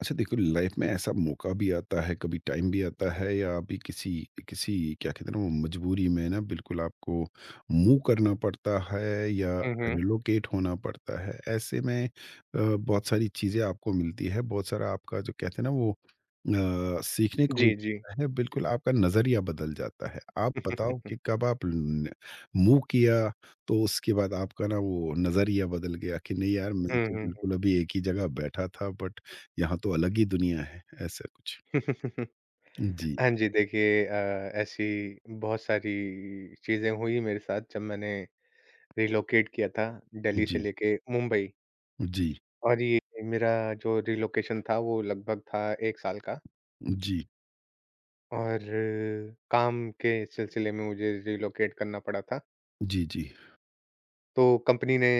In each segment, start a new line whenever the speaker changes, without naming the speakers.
अच्छा देखो, लाइफ में ऐसा मौका भी आता है, कभी टाइम भी आता है या अभी किसी किसी क्या कहते हैं ना वो मजबूरी में ना बिल्कुल आपको मूव करना पड़ता है या
हुँ, हुँ।
रिलोकेट होना पड़ता है। ऐसे में बहुत सारी चीज़ें आपको मिलती है, बहुत सारा आपका जो कहते हैं ना वो सीखने को भी
जी, जी।
मिलता है, बिल्कुल आपका नज़रिया बदल जाता है। आप बताओ कि कब आप मूव किया, तो उसके बाद आपका ना वो नज़रिया बदल गया कि नहीं यार मैं
हुँ,
तो
हुँ,
बिल्कुल अभी एक ही जगह बैठा था, बट यहाँ तो अलग ही दुनिया है, ऐसा कुछ।
हुँ।
जी,
हाँ जी, देखिए ऐसी बहुत सारी चीज़ें हुई मेरे साथ जब मैंने रिलोकेट किया था दिल्ली से
जी,
लेके मुंबई
जी,
और ये मेरा जो रिलोकेशन था वो लगभग था 1 साल का
जी,
और काम के सिलसिले में मुझे रिलोकेट करना पड़ा था।
जी, जी।
तो कंपनी ने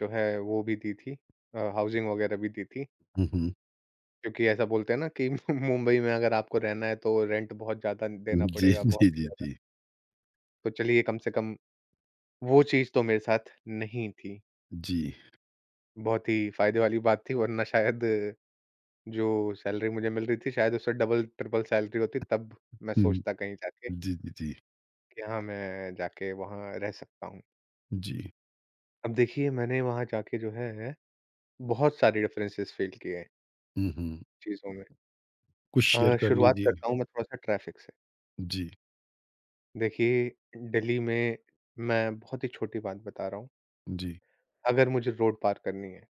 जो है वो भी दी थी हाउसिंग वगैरह भी दी थी
हुँ, हुँ।
क्योंकि ऐसा बोलते हैं ना कि मुंबई में अगर आपको रहना है तो रेंट बहुत ज़्यादा देना
जी,
पड़ेगा, बहुत
जी,
ही
जी,
ज़्यादा।
जी,
तो चलिए कम से कम वो चीज़ तो मेरे साथ नहीं थी।
जी।
बहुत ही फ़ायदे वाली बात थी वरना शायद जो सैलरी मुझे मिल रही थी शायद उससे डबल ट्रिपल सैलरी होती तब मैं
हुँ,
सोचता कहीं जाके
जी, जी, जी,
कि हाँ, मैं जाके वहाँ रह सकता हूँ।
जी।
अब देखिए मैंने वहाँ जाके जो है बहुत सारे डिफरेंसेस फ़ील किए हैं
हुँ, हुँ।
चीज़ों में।
कुछ शेयर कर
शुरुआत
लीजिए।
करता हूँ मैं थोड़ा-सा ट्रैफ़िक से।
जी,
देखिए दिल्ली में मैं बहुत ही छोटी बात बता रहा हूँ,
जी।
अगर मुझे रोड पार करनी है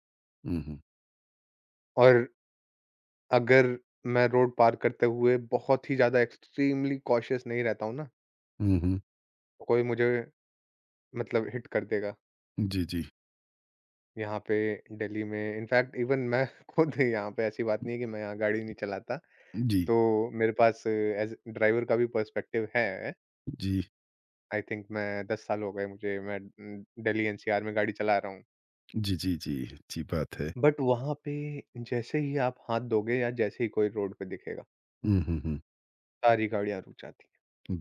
हुँ, हुँ।
और अगर मैं रोड पार करते हुए बहुत ही ज़्यादा एक्सट्रीमली कॉशियस नहीं रहता हूँ ना,
हुँ, हुँ।
तो कोई मुझे मतलब हिट कर देगा,
जी, जी।
यहाँ पे दिल्ली में। इनफैक्ट इवन मैं खुद यहाँ पे ऐसी बात नहीं है कि मैं यहाँ गाड़ी नहीं चलाता,
जी,
तो मेरे पास एज़ ड्राइवर का भी पर्सपेक्टिव है।
जी,
आई थिंक मैं 10 साल हो गए मुझे, मैं दिल्ली एनसीआर में गाड़ी चला रहा हूँ।
जी, जी, जी, अच्छी बात है।
बट वहाँ पे जैसे ही आप हाथ दोगे या जैसे ही कोई रोड पे दिखेगा,
हुँ, हुँ, हुँ।
सारी गाड़ियाँ रुक जाती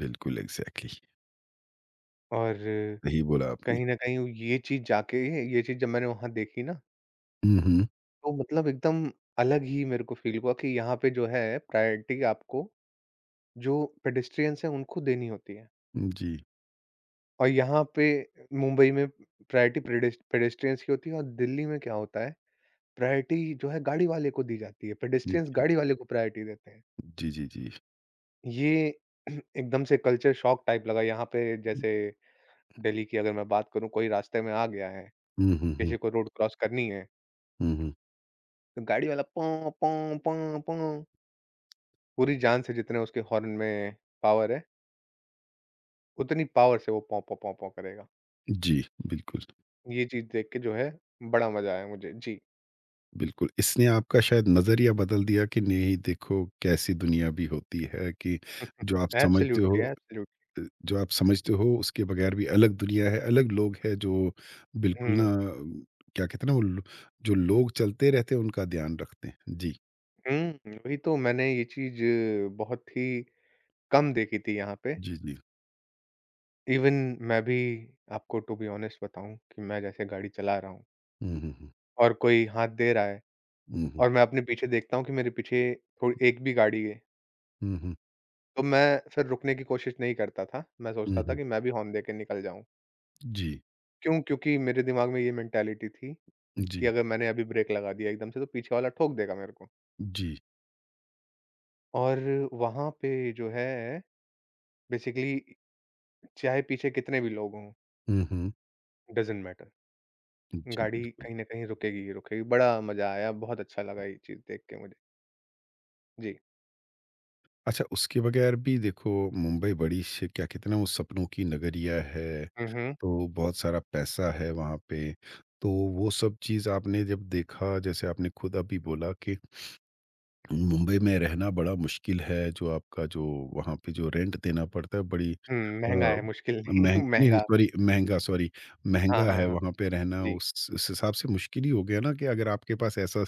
बिल्कुल एग्ज़ैक्टली
हैं और
सही बोला आपने।
कहीं न कहीं ये चीज़ जाके ये चीज़ जब मैंने वहाँ देखी ना,
हुँ, हुँ।
तो मतलब एकदम अलग ही मेरे को फ़ील हुआ कि यहाँ पे जो है प्रायोरिटी आपको जो पेडेस्ट्रियंस हैं उनको देनी होती है।
जी।
और यहाँ पे मुंबई में प्रायोरिटी पेडेस्ट्रियंस की होती है और दिल्ली में क्या होता है, प्रायोरिटी जो है गाड़ी वाले को दी जाती है, पेडेस्ट्रियंस गाड़ी वाले को प्रायोरिटी देते हैं।
जी, जी, जी।
ये एकदम से कल्चर शॉक टाइप लगा यहाँ पे जैसे दिल्ली की अगर मैं बात करूँ कोई रास्ते में आ गया है,
हुँ, हुँ, हुँ।
किसी को रोड क्रॉस करनी है
हुँ, हुँ।
तो गाड़ी वाला पों पों पों पों पूरी जान से जितने उसके हॉर्न में पावर है, उतनी पावर से वो पों पों पों पों करेगा।
जी, बिल्कुल।
ये चीज़ देख के जो है बड़ा मज़ा आया मुझे। जी।
बिल्कुल, इसने आपका शायद नज़रिया बदल दिया कि नहीं, देखो कैसी दुनिया भी होती है कि जो आप समझते हो,
एब्सोल्युटली, एब्सोल्युटली।
जो आप समझते हो उसके बगैर भी अलग दुनिया है, अलग लोग हैं जो बिल्कुल ना
हुँ।
क्या कहते हैं ना वो लो जो लोग चलते रहते हैं उनका ध्यान रखते हैं। जी,
हुँ, वही तो मैंने ये चीज़ बहुत ही कम देखी थी यहाँ पे।
जी, जी।
इवन मैं भी आपको टू बी ऑनेस्ट बताऊँ कि मैं जैसे गाड़ी चला रहा हूँ
हुँ, हुँ, हुँ।
और कोई हाथ दे रहा है
हुँ, हुँ।
और मैं अपने पीछे देखता हूँ कि मेरे पीछे थोड़ी एक भी गाड़ी
हुँ, हुँ।
तो मैं फिर रुकने की कोशिश नहीं करता था, मैं
हुँ,
सोचता था
हुँ।
कि मैं भी हॉर्न देके निकल जाऊँ।
जी,
क्यों? क्योंकि मेरे दिमाग में ये मेंटालिटी थी कि
जी,
अगर मैंने अभी ब्रेक लगा दिया एकदम से तो पीछे वाला ठोक देगा मेरे को।
जी।
और वहाँ पे जो है बेसिकली चाहे पीछे कितने भी लोग हों,
हुँ, हुँ।
डज़न्ट मैटर
जी,
गाड़ी
बिल्कुल।
कहीं न कहीं रुकेगी ही रुकेगी। बड़ा मज़ा आया, बहुत अच्छा लगा ये चीज़ देख के मुझे। जी।
अच्छा, उसके बगैर भी देखो मुंबई बड़ी श क्या कहते हैं ना वो सपनों की नगरिया है।
हुँ, हुँ।
तो बहुत सारा पैसा है वहाँ पे। तो वो सब चीज़ आपने जब देखा, जैसे आपने खुद अभी बोला कि मुंबई में रहना बड़ा मुश्किल है, जो आपका जो वहाँ पे जो रेंट देना पड़ता है बड़ी
हुँ, महँगा है मुश्किल नहीं
महंग नहीं, नहीं
महँगा।
सॉरी महँगा सॉरी
हाँ,
महँगा
हाँ,
है।
हाँ।
वहाँ पे रहना
जी।
उस हिसाब से मुश्किल ही हो गया ना, कि अगर आपके पास ऐसा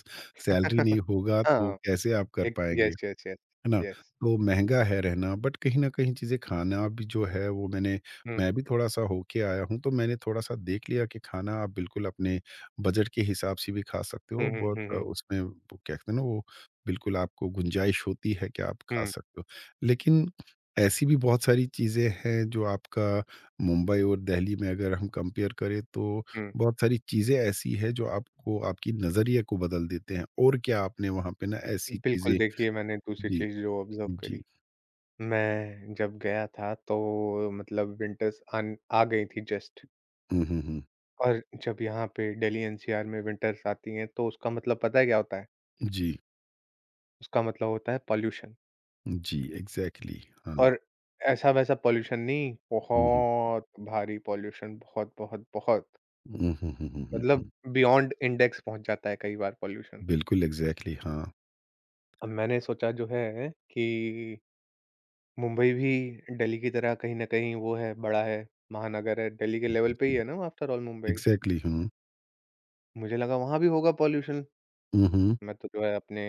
सैलरी नहीं होगा तो
हाँ,
कैसे आप कर
एक
पाएँगे?
Yes, yes, yes.
है ना?
यस।
तो महँगा है रहना, बट कहीं न कहीं चीज़ें खाना भी जो है वो मैंने,
हुँ।
मैं भी थोड़ा-सा होके आया हूँ, तो मैंने थोड़ा-सा देख लिया कि खाना आप बिल्कुल अपने बजट के हिसाब से भी खा सकते हो।
हुँ, हुँ,
बहुत
हुँ, हुँ।
उसमें वो क्या कहते हैं ना वो बिल्कुल आपको गुंजाइश होती है कि आप खा
हुँ,
सकते हो। लेकिन ऐसी भी बहुत सारी चीज़ें हैं जो आपका मुंबई और दिल्ली में अगर हम कंपेयर करें तो
हुँ।
बहुत सारी चीज़ें ऐसी हैं जो आपको आपकी नज़रिए को बदल देते हैं। और क्या आपने वहाँ पे ना ऐसी
बिल्कुल,
चीज़ें?
देखिए मैंने दूसरी
जी,
चीज़ जो ऑब्ज़र्व
जी।
करी, मैं जब गया था तो मतलब विंटर्स आन आ गई थी जस्ट
हुँ, हुँ, हुँ।
और जब यहाँ पे दिल्ली एनसीआर में विंटर्स आती हैं तो उसका मतलब पता है क्या होता है?
जी,
उसका मतलब होता है पॉल्यूशन
जी, एग्ज़ैक्टली हाँ।
और ऐसा-वैसा पॉल्यूशन नहीं,
हुँ, हुँ।
बहुत भारी पॉल्यूशन बहुत, बहुत, बहुत
हुँ, हुँ, हुँ, हुँ, हुँ,
मतलब
हुँ।
बियॉन्ड इंडेक्स पहुँच जाता है कई बार पॉल्यूशन।
बिल्कुल एग्ज़ैक्टली हाँ।
अब मैंने सोचा जो है कि मुंबई भी दिल्ली की तरह कहीं न कहीं वो है, बड़ा है, महानगर है, दिल्ली के
जी,
लेवल पे ही
जी।
है ना आफ्टर ऑल मुंबई।
एग्ज़ैक्टली हुँ।
मुझे लगा वहाँ भी होगा पॉल्यूशन,
हुँ, हुँ।
मैं तो जो है अपने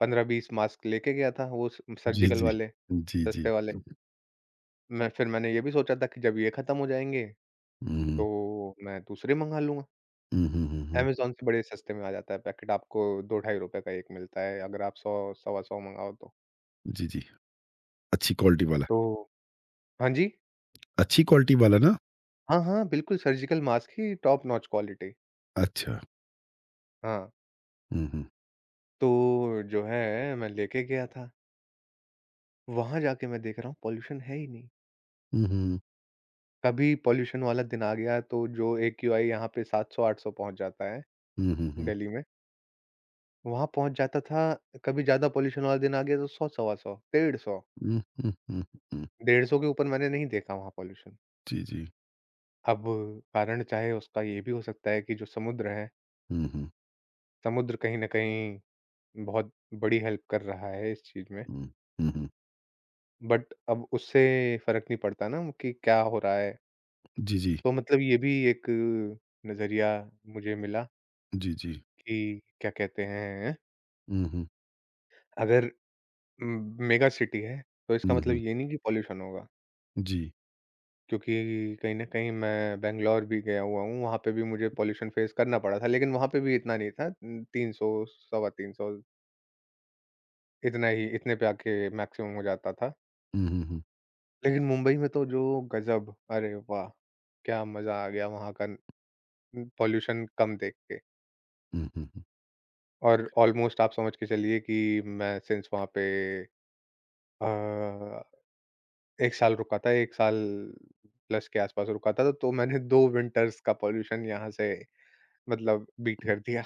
15-20 मास्क लेके गया था, वो स
जी,
सर्जिकल
जी।
वाले,
जी, जी।
सस्ते वाले।
हुँ,
मैं फिर मैंने ये भी सोचा था कि जब ये खत्म हो जाएँगे,
हुँ।
तो मैं दूसरे मँगा लूँगा।
हुँ, हुँ, हुँ, हुँ।
अमेज़न से बड़े सस्ते में आ जाता है पैकेट, आपको 2 ढाई रुपए का एक मिलता है अगर आप 100 सवा 100 मँगाओ तो।
जी, जी। अच्छी क्वालिटी वाला।
तो हाँ जी,
अच्छी क्वालिटी वाला ना?
हाँ, हाँ, बिल्कुल सर्जिकल मास्क की टॉप नॉच क्वालिटी।
अच्छा।
हाँ।
हुँ, हुँ।
तो जो है मैं लेके गया था, वहाँ जाके मैं देख रहा हूँ पॉल्यूशन है ही नहीं।
हुँ, हुँ।
कभी पॉल्यूशन वाला दिन आ गया तो जो एक्यूआई यहाँ पे 700-800 पहुँच जाता है
हुँ, हुँ, हुँ।
दिल्ली में, वहाँ पहुँच जाता था, कभी ज़्यादा पॉल्यूशन वाला दिन आ गया तो 100-125, 150,
हुँ, हुँ, हुँ, हुँ।
150 के ऊपर मैंने नहीं देखा वहाँ पॉल्यूशन।
जी, जी।
अब कारण चाहे उसका ये भी हो सकता है कि जो समुद्र है,
हुँ, हुँ।
समुद्र कहीं न कहीं बहुत बड़ी हेल्प कर रहा है इस चीज़ में,
हुँ। हुँ, हुँ।
बट अब उससे फ़र्क नहीं पड़ता ना कि क्या हो रहा है।
जी, जी।
तो मतलब ये भी एक नज़रिया मुझे मिला
जी, जी।
कि क्या कहते हैं,
हुँ, हुँ।
अगर मेगा सिटी है, तो इसका
हुँ,
मतलब
हुँ।
ये नहीं कि पॉल्यूशन होगा।
जी।
क्योंकि कहीं न कहीं मैं बैंगलोर भी गया हुआ हूँ, वहाँ पे भी मुझे पॉल्यूशन फेस करना पड़ा था, लेकिन वहाँ पे भी इतना नहीं था 300 सवा 300 इतना ही इतने पे आके मैक्सिमम हो जाता था।
हुँ, हुँ, हुँ।
लेकिन मुंबई में तो जो गज़ब! अरे वाह! क्या मज़ा आ गया वहाँ का पॉल्यूशन कम देख के
हुँ, हुँ, हुँ,
और ऑलमोस्ट आप समझ के चलिए कि मैं सिंस वहाँ पे अ, 1 साल रुका था, 1 साल प्लस के आस-पास रुका था, तो मैंने 2 विंटर्स का पॉल्यूशन यहाँ से मतलब बीट कर
हुँ।
दिया।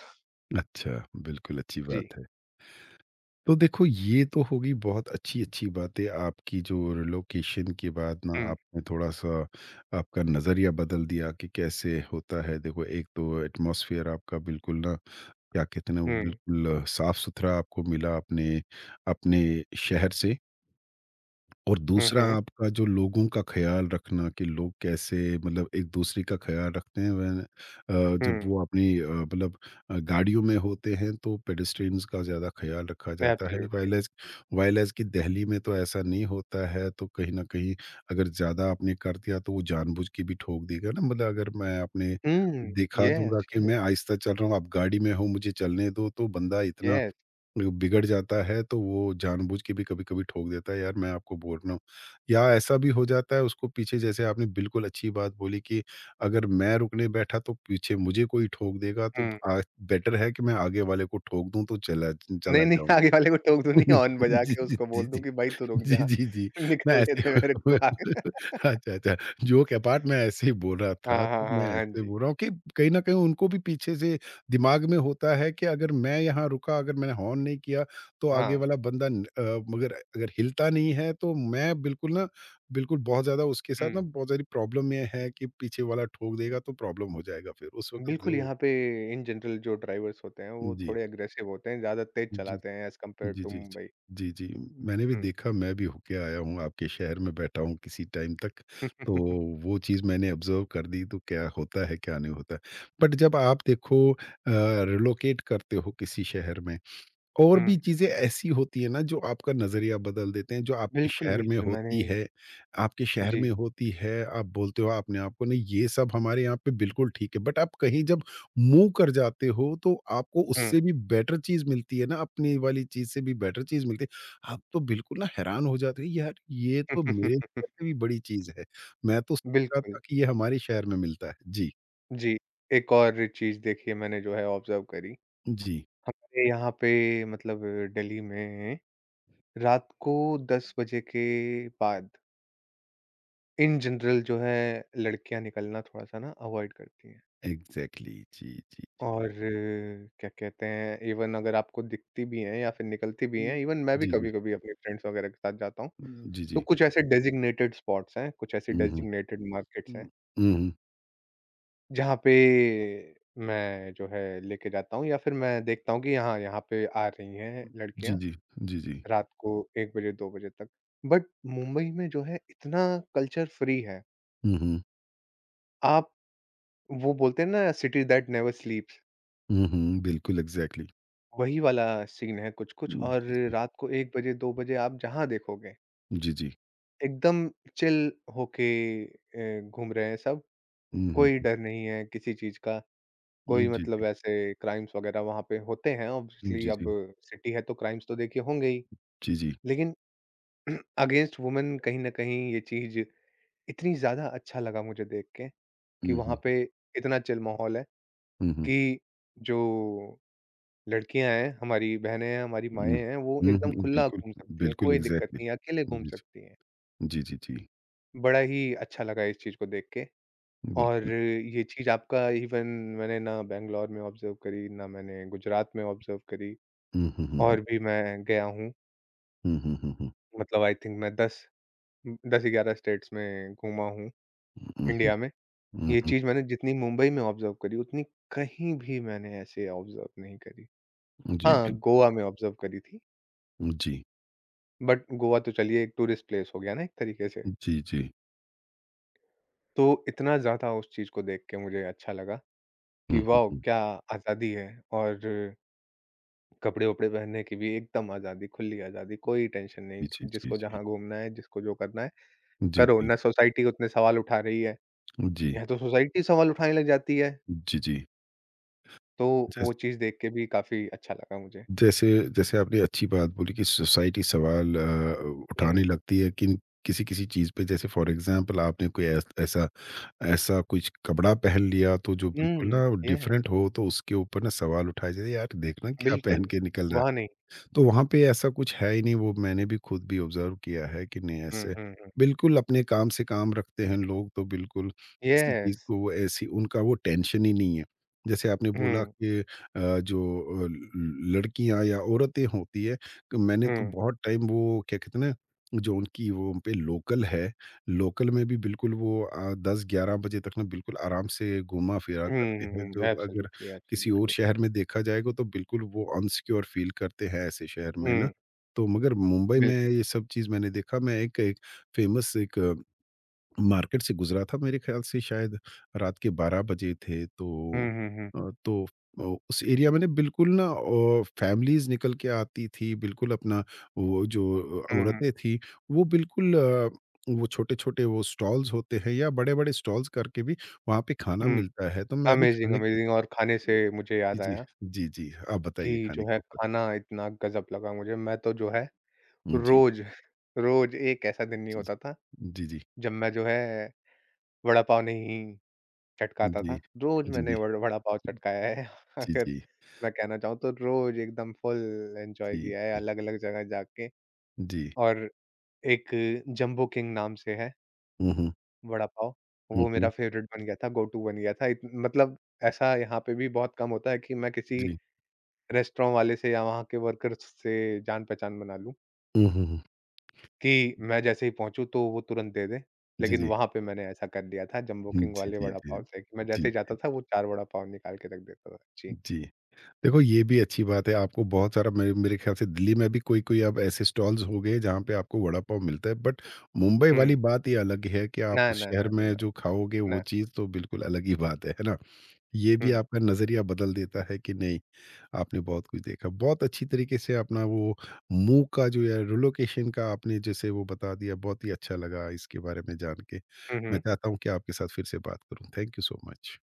अच्छा, बिल्कुल अच्छी
जी।
बात है। तो देखो ये तो होगी बहुत अच्छी-अच्छी बातें आपकी, जो रिलोकेशन के बाद ना
हुँ,
आपने थोड़ा-सा आपका नज़रिया बदल दिया कि कैसे होता है। देखो, एक तो एटमॉस्फेयर आपका बिल्कुल ना क्या कहते हैं ना वो
हुँ,
बिल्कुल साफ़-सुथरा आपको मिला अपने अपने शहर से। और
हुँ,
दूसरा
हुँ,
आपका जो लोगों का ख़्याल रखना, कि लोग कैसे मतलब एक-दूसरे का ख़्याल रखते हैं व्हेन जब
हुँ,
वो अपनी मतलब गाड़ियों में होते हैं तो पेडेस्ट्रियंस का ज़्यादा ख़्याल रखा जाता है।
एब्सोल्युटली।
व्हाइल एज़ कि दिल्ली में तो ऐसा नहीं होता है, तो कहीं न कहीं अगर ज़्यादा आपने कर दिया तो वो जानबूझ के भी ठोक देगा ना। मतलब अगर मैं अपने
हुँ,
दिखा
येस,
दूँगा कि
येस,
मैं आहिस्ता चल रहा हूँ, आप गाड़ी में हो मुझे चलने दो, तो बंदा इतना
येस,
वो बिगड़ जाता है, तो वो जानबूझ के भी कभी-कभी ठोक देता है, यार मैं आपको बोल रहा हूँ। या ऐसा भी हो जाता है उसको पीछे, जैसे आपने बिल्कुल अच्छी बात बोली कि अगर मैं रुकने बैठा तो पीछे मुझे कोई ठोक देगा, तो
हुँ।
बेटर है कि मैं आगे वाले को ठोक दूँ तो चला
नहीं,
चला
नहीं,
जाऊँ।
आगे वाले को टोक दूँ नहीं, हॉर्न बजा
जी,
के
जी,
उसको
जी,
बोल दूँ
जी।
कि भाई तू रुक
जी,
जा,
जी, जी। मैं
निकलने
ऐसे
दे मेरे को आगे।
अच्छा, अच्छा, जोक अपार्ट मैं ऐसे ही बोल रहा
हाँ,
था, तो
हाँ,
मैं
हाँ, हाँ
ऐसे
जी।
बोल रहा हूँ कि कहीं न कहीं उनको भी पीछे से दिमाग में होता है कि अगर मैं यहाँ रुका, अगर मैंने हॉर्न नहीं किया, तो आगे
हाँ,
वाला बंदा न मगर अगर हिलता नहीं है, तो मैं बिल्कुल ना बिल्कुल बहुत ज़्यादा उसके साथ ना
हुँ।
बहुत सारी प्रॉब्लम में है कि पीछे वाला ठोक देगा, तो प्रॉब्लम हो जाएगा फिर उस वक़्त
बिल्कुल,
जो।
यहाँ पे इन जनरल जो ड्राइवर्स होते हैं, वो
जी।
थोड़े अग्रेसिव होते हैं, ज़्यादा तेज़
जी।
चलाते हैं as compare
G,
two
G, जी।
मुंबई।
जी, जी। मैंने भी
हुँ।
देखा, मैं भी होके आया हूँ, आपके शहर में बैठा हूँ किसी टाइम तक, तो वो चीज़ मैंने ऑब्ज़र्व कर दी, तो क्या होता है, क्या नहीं होता है। बट जब आप देखो रिलोकेट करते हो किसी शहर में, और
हुँ,
भी चीज़ें ऐसी होती है ना जो आपका नज़रिया बदल देते हैं, जो आपके
बिल्कुल,
शहर में
बिल्कुल मैंने
होती है, आपके शहर
जी,
में होती है, आप बोलते हो अपने आप को नहीं ये सब हमारे यहाँ पे बिल्कुल ठीक है। बट आप कहीं जब मूव कर जाते हो तो आपको
हुँ।
उससे भी बेटर चीज़ मिलती है ना, अपनी वाली चीज़ से भी बेटर चीज़ मिलती है। आप तो बिल्कुल ना हैरान हो जाते हो, यार ये तो मेरे शहर से भी बड़ी चीज़ है। मैं तो सोच रहा था
बिल्कुल,
कि ये हमारे शहर में मिलता है। जी,
जी, एक और चीज़ देखिए मैंने जो है ऑब्ज़र्व करी,
जी।
हमारे यहाँ पे मतलब दिल्ली में रात को 10 बजे के बाद इन जनरल जो है लड़कियाँ निकलना थोड़ा-सा ना अवॉइड करती हैं
एग्ज़ैक्टली जी, जी, जी।
और क्या कहते हैं इवन अगर आपको दिखती भी हैं या फिर निकलती भी हैं,
हुँ।
इवन मैं भी
जी, जी।
कभी-कभी अपने फ्रेंड्स वगैरह के साथ जाता हूँ,
जी,
तो
जी।
कुछ ऐसे डेज़िग्नेटेड स्पॉट्स हैं, कुछ ऐसी
हुँ, हुँ।
डेज़िग्नेटेड मार्केट्स हैं
हुँ। हुँ, हुँ।
जहाँ पे मैं जो है लेके जाता हूँ या फिर मैं देखता हूँ कि हाँ, यहाँ पे आ रही हैं
जी,
लड़कियाँ
जी। जी, जी।
रात को 1 बजे 2 बजे तक। बट मुंबई में जो है इतना कल्चर फ्री है।
हुँ, हुँ।
आप वो बोलते हैं ना सिटी दैट नेवर स्लीप्स
हुँ, हुँ। बिल्कुल एग्ज़ैक्टली।
वही वाला सीन है कुछ-कुछ और
जी, जी।
रात को 1 बजे 2 बजे आप जहाँ देखोगे
जी, जी।
एकदम चिल होके घूम रहे हैं सब।
हुँ, हुँ।
कोई डर नहीं है किसी चीज़ का।
जी,
कोई मतलब
जी।
ऐसे क्राइम्स वगैरह वहाँ पे होते हैं ऑब्वियसली
जी,
अब
जी।
सिटी है तो क्राइम्स तो देखिए होंगे ही।
जी, जी।
लेकिन अगेंस्ट वुमेन कहीं न कहीं ये चीज़ इतनी ज़्यादा अच्छा लगा मुझे देख के कि
हुँ, हुँ।
वहाँ पे इतना चिल माहौल है
हुँ, हुँ।
कि जो लड़कियाँ हैं, हमारी बहनें हैं, हमारी माएँ
हुँ।
हैं, वो
हुँ,
एकदम
हुँ।
खुला
बिल्कुल,
घूम सकती हैं,
बिल्कुल
कोई दिक्कत
एग्ज़ैक्टली।
नहीं है, अकेले घूम
जी, जी।
सकती हैं।
जी, जी, जी।
बड़ा ही अच्छा लगा इस चीज़ को देख के
बिल्कुल।
और ये चीज़ आपका इवन मैंने ना बैंगलोर में ऑब्जर्व करी, ना मैंने गुजरात में ऑब्जर्व करी।
हुँ, हुँ, हुँ, हुँ।
और भी मैं गया हूँ,
हुँ, हुँ, हुँ, हुँ।
मतलब आई थिंक मैं 10-11 स्टेट्स में घूमा हूँ
हुँ, हुँ।
इंडिया में।
हुँ,
ये
हुँ।
चीज़ मैंने जितनी मुंबई में ऑब्ज़र्व करी, उतनी कहीं भी मैंने ऐसे ऑब्ज़र्व नहीं करी।
जी,
हाँ,
बिल
गोवा में ऑब्ज़र्व करी थी,
जी।
बट गोवा तो चलिए एक टूरिस्ट प्लेस हो गया ना एक तरीके से।
जी, जी।
तो इतना ज़्यादा उस चीज़ को देख के मुझे अच्छा लगा
हुँ,
कि
हुँ,
वॉव!
हुँ।
क्या आज़ादी है और कपड़े-वपड़े पहनने की भी एकदम आज़ादी, खुली आज़ादी, कोई टेंशन
जी,
नहीं,
जी, जी,
जिसको
जी।
जहाँ घूमना है, जिसको जो करना है,
जी,
करो।
जी।
ना सोसाइटी उतने सवाल उठा रही है।
जी।
यहाँ तो सोसाइटी सवाल उठाने लग जाती है,
जी, जी।
तो वो
जैस
चीज़ देख के भी काफ़ी अच्छा लगा मुझे।
जैसे जैसे आपने अच्छी बात बोली कि सोसाइटी सवाल
हुँ,
उठाने लगती है किन किसी किसी चीज़ पे, जैसे फॉर एग्जांपल आपने कोई ऐसा ऐसा कुछ कपड़ा पहन लिया तो जो बिल्कुल
हुँ,
ना
येस,
डिफरेंट हो, तो उसके ऊपर ना सवाल उठाए जाते, यार देखना क्या पहन
बिल्कुल,
के निकल रहा
वहाँ
है।
नहीं।
तो वहाँ पे ऐसा कुछ है ही नहीं, वो मैंने भी खुद भी ऑब्ज़र्व किया है कि नहीं
हुँ,
ऐसे
हुँ, हुँ,
बिल्कुल अपने काम से काम रखते हैं लोग, तो बिल्कुल किसी चीज़
येस,
को वो ऐसी उनका वो टेंशन ही नहीं है। जैसे आपने बोला
हुँ,
कि जो ल लड़कियाँ या औरतें होती है, क मैंने तो
हुँ,
बहुत टाइम वो क्या कहते हैं ना, जो उनकी वो उन पे लोकल है, लोकल में भी बिल्कुल वो 10-11 बजे तक ना बिल्कुल आराम से घूमा-फिरा
हुँ,
करते हैं,
हुँ,
जो
हुँ,
अगर
एब्सोल्युटली,
किसी और
एब्सोल्युटली,
शहर में देखा जाएगा तो बिल्कुल वो अनसिक्योर फील करते हैं ऐसे शहर में ना।
हुँ,
तो मगर मुंबई में
बिल्कुल,
ये सब चीज़ मैंने देखा। मैं एक एक फ़ेमस एक मार्केट से गुज़रा था, मेरे ख़्याल से शायद रात के 12 बजे थे, तो
हुँ, हुँ, हुँ,
अ, तो अ, उस एरिया में ना बिल्कुल ना फ़ैमिलीज़ निकल के आती थी, बिल्कुल अपना वो जो
हुँ, हुँ,
औरतें थी वो बिल्कुल वो छोटे-छोटे वो स्टॉल्स होते हैं या बड़े-बड़े स्टॉल्स करके भी वहाँ पे खाना
हुँ,
मिलता है। तो मैं भी
अमेज़िंग,
खाने के।
अमेज़िंग और खाने से मुझे
जी,
याद
जी।
आया
जी, जी। आप बताइए
कि
खाने
जो
के
है
ऊपर?
खाना इतना गज़ब लगा मुझे, मैं तो जो है
हुँ, जी।
रोज़ रोज़ एक ऐसा दिन नहीं
जी,
होता था,
जी। जी, जी।
जब मैं जो है वड़ा पाव नहीं चटकाता था।
जी,
रोज़ मैंने
जी।
वड़ा पाव चटकाया है
जी,
अगर
जी।
मैं कहना चाहूँ तो रोज़ एकदम फुल एन्जॉय
जी,
किया है
जी।
अलग-अलग जगह जाके
जी।
और एक जंबो किंग नाम से है
हुँ, हुँ।
वड़ा पाव,
हुँ,
वो मेरा
हुँ।
फ़ेवरेट बन गया था, गो टू बन गया था। इत मतलब ऐसा यहाँ पे भी बहुत कम होता है कि मैं किसी
जी।
रेस्टोरेंट वाले से या वहाँ के वर्कर्स से जान-पहचान बना लूँ
हुँ, हुँ, हुँ।
कि मैं जैसे ही पहुँचूँ तो वो तुरंत दे दें।
जी,
लेकिन
जी।
वहाँ पे मैंने ऐसा कर लिया था जंबो
हुँ,
किंग
जी,
वाले
जी,
वड़ा
जी।
पाव से कि मैं
जी,
जैसे ही जाता
जी,
था वो 4 वड़ा पाव निकाल के रख देता था। जी।
जी। देखो ये भी अच्छी बात है, आपको बहुत सारा मेरे मेरे ख्याल से दिल्ली में भी कोई-कोई अब ऐसे स्टॉल्स हो गए जहाँ पे आपको वड़ा पाव मिलता है, बट मुंबई वाली
हुँ।
बात ही अलग है कि आप
な
उस
な
शहर
なな
में
な
जो खाओगे वो
な
चीज़ तो बिल्कुल अलग ही बात है ना? ये
う
भी
ん
आपका नज़रिया बदल देता है कि नहीं आपने बहुत कुछ देखा। बहुत अच्छी तरीके से अपना वो मूव का जो है रिलोकेशन का आपने जैसे वो बता दिया, बहुत ही अच्छा लगा इसके बारे में जान के।
うんう
मैं
ん。
चाहता हूँ कि आपके साथ फिर से बात करूँ। Thank you so much.